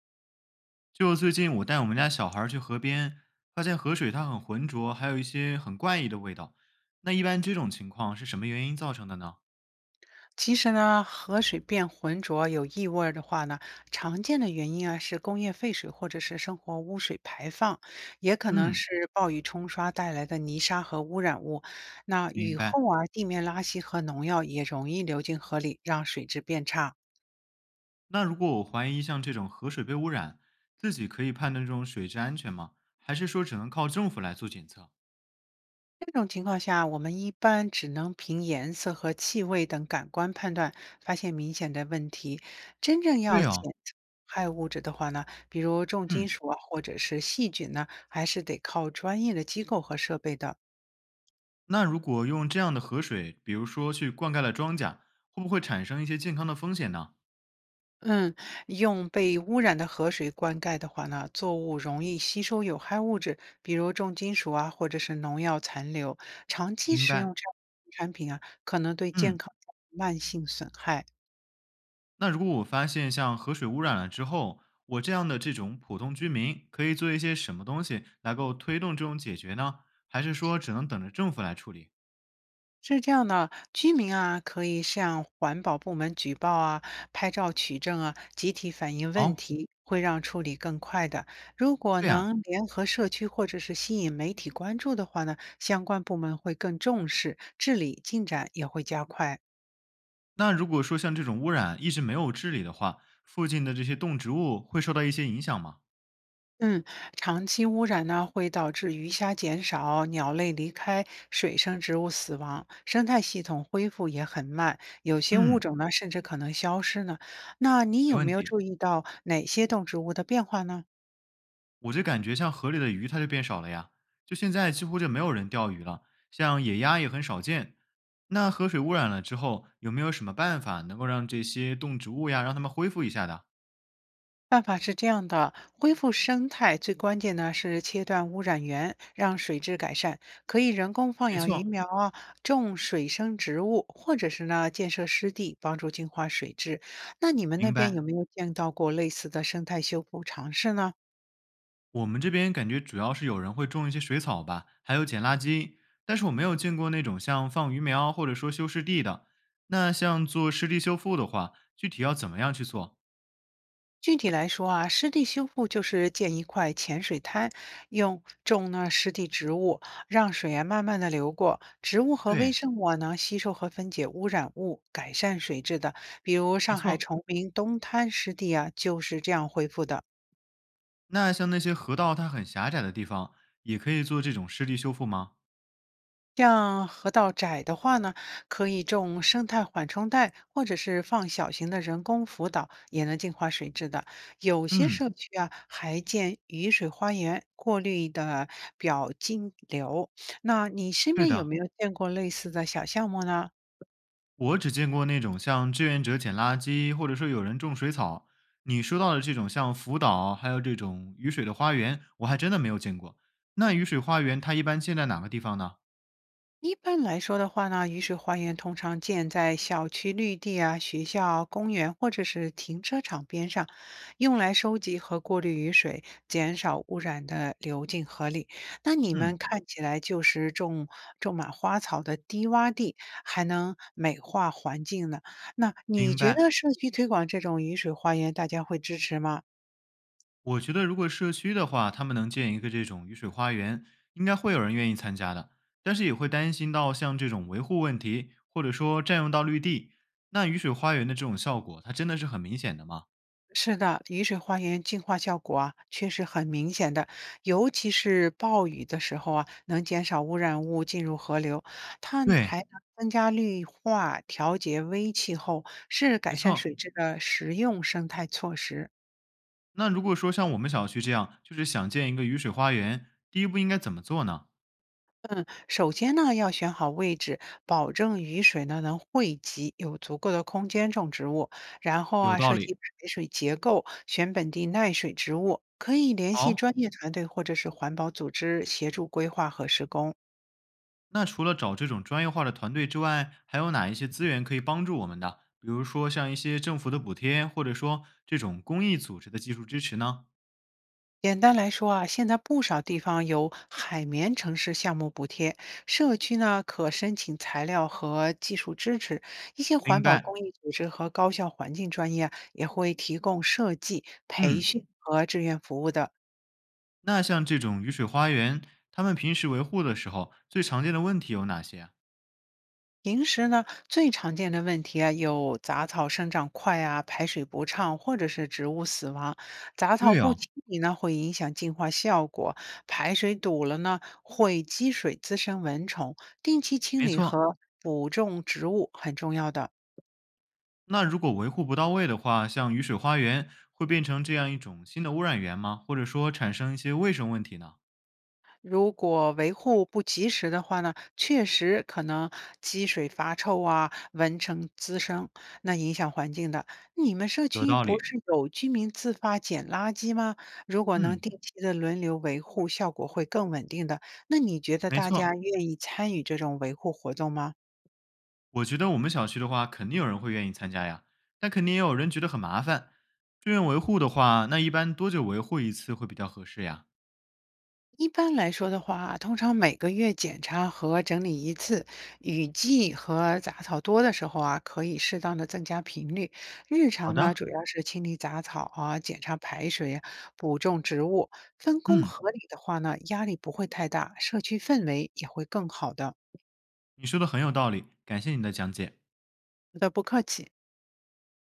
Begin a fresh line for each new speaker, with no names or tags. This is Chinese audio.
就最近我带我们家小孩儿去河边，发现河水它很浑浊，还有一些很怪异的味道。那一般这种情况是什么原因造成的呢？
其实呢，河水变浑浊有异味儿的话呢，常见的原因啊是工业废水或者是生活污水排放，也可能
嗯，
是暴雨冲刷带来的泥沙和污染物。那
明
雨后
白。
啊，地面垃圾和农药也容易流进河里，让水质变差。
那如果我怀疑像这种河水被污染，自己可以判断这种水质安全吗？还是说只能靠政府来做检测？
这种情况下，我们一般只能凭颜色和气味等感官判断，发现明显的问题。真正要
对
检
哦，
测害物质的话呢，比如重金
嗯，
属啊，或者是细菌呢，还是得靠专业的机构和设备的。
那如果用这样的河水，比如说去灌溉了庄稼，会不会产生一些健康的风险呢？
嗯，用被污染的河水灌溉的话呢，作物容易吸收有害物质，比如重金属啊，或者是农药残留。长期
明
食
白。
用这样的产品啊，可能对健
嗯，
康造成慢性损害。
那如果我发现像河水污染了之后，我这样的这种普通居民可以做一些什么东西来够推动这种解决呢？还是说只能等着政府来处理？
是这样的，居民啊可以向环保部门举报啊，拍照取证啊，集体反映问
哦，
题，会让处理更快的。如果
对呀、
能联合社区或者是吸引媒体关注的话呢，相关部门会更重视，治理进展也会加快。
那如果说像这种污染一直没有治理的话，附近的这些动植物会受到一些影响吗？
嗯，长期污染呢，会导致鱼虾减少、鸟类离开、水生植物死亡，生态系统恢复也很慢，有些物
嗯，
种呢，甚至可能消失呢。那你
没
有
问
没有
题。
注意到哪些动植物的变化呢？
我就感觉像河里的鱼它就变少了呀，就现在几乎就没有人钓鱼了，像野鸭也很少见。那河水污染了之后，有没有什么办法能够让这些动植物呀，让它们恢复一下的？
办法是这样的，恢复生态最关键呢是切断污染源，让水质改善，可以人工放
没
养鱼
错，
苗啊，种水生植物，或者是呢建设湿地，帮助净化水质。那你们那
明
边
白。
有没有见到过类似的生态修复尝试呢？
我们这边感觉主要是有人会种一些水草吧，还有捡垃圾，但是我没有见过那种像放鱼苗或者说修湿地的。那像做湿地修复的话，具体要怎么样去做？
具体来说啊，湿地修复就是建一块浅水滩，用种呢湿地植物，让水啊慢慢的流过，植物和微
对，
生物啊能吸收和分解污染物，改善水质的。比如
没
上海
错。
崇明东滩湿地啊，就是这样恢复的。
那像那些河道它很狭窄的地方，也可以做这种湿地修复吗？
像河道窄的话呢，可以种生态缓冲带，或者是放小型的人工浮岛，也能净化水质的。有些
嗯，
社区啊，还建雨水花园，过滤的表径流。那你身
对
边有
的。
没有见过类似的小项目呢？
我只见过那种像志愿者捡垃圾，或者说有人种水草。你说到的这种像福岛，还有这种雨水的花园，我还真的没有见过。那雨水花园它一般建在哪个地方呢？
一般来说的话呢，雨水花园通常建在小区绿地啊、学校、公园或者是停车场边上，用来收集和过滤雨水，减少污染的流进河里。那你
嗯，
们看起来就是种满花草的低洼地，还能美化环境呢。那你
明
觉得
白。
社区推广这种雨水花园，大家会支持吗？
我觉得如果社区的话，他们能建一个这种雨水花园，应该会有人愿意参加的。但是也会担心到像这种维护问题，或者说占用到绿地。那雨水花园的这种效果，它真的是很明显的吗？
是的，雨水花园净化效果啊，确实很明显的，尤其是暴雨的时候啊，能减少污染物进入河流。它
对，
还能增加绿化，调节微气候，是
没
改善
错。
水质的实用生态措施。
那如果说像我们小区这样，就是想建一个雨水花园，第一步应该怎么做呢？
首先呢，要选好位置，保证雨水呢能汇集，有足够的空间种植物。然后
有
啊，
道
设计
理。
排水结构，选本地耐水植物，可以联系
好，
专业团队或者是环保组织协助规划和施工。
那除了找这种专业化的团队之外，还有哪一些资源可以帮助我们的？比如说像一些政府的补贴，或者说这种公益组织的技术支持呢？
简单来说啊，现在不少地方有海绵城市项目补贴，社区呢可申请材料和技术支持。一些环
明
保
白。
公益组织和高校环境专业啊也会提供设计、培
嗯，
训和志愿服务的。
那像这种雨水花园，他们平时维护的时候，最常见的问题有哪些啊？
平时呢，最常见的问题啊，有杂草生长快啊、排水不畅，或者是植物死亡。杂草
对
不
哦，
清理呢，会影响净化效果；排水堵了呢，会积水滋生蚊虫。定期清
没
理
错。
和补种植物很重要的。
那如果维护不到位的话，像雨水花园会变成这样一种新的污染源吗？或者说产生一些卫生问题呢？
如果维护不及时的话呢，确实可能积水发臭啊，蚊虫滋生，那影响环境的。你们社
有
区
道
不
理，
嗯是有居民自发捡垃圾吗？如果能
嗯，
定期的轮流维护，效果会更稳定的。那你觉得
没
大
错。
家愿意参与这种维护活动吗？
我觉得我们小区的话，肯定有人会愿意参加呀，但肯定也有人觉得很麻烦。志愿维护的话，那一般多久维护一次会比较合适呀？
一般来说的话，通常每个月检查和整理一次。雨季和杂草多的时候啊，可以适当的增加频率。日
好
常呢，
的，
主要是清理杂草啊，检查排水啊，补种植物。分工
嗯，
合理的话呢，压力不会太大，社区氛围也会更好的。
你说的很有道理，感谢你的讲解。
不得不客气。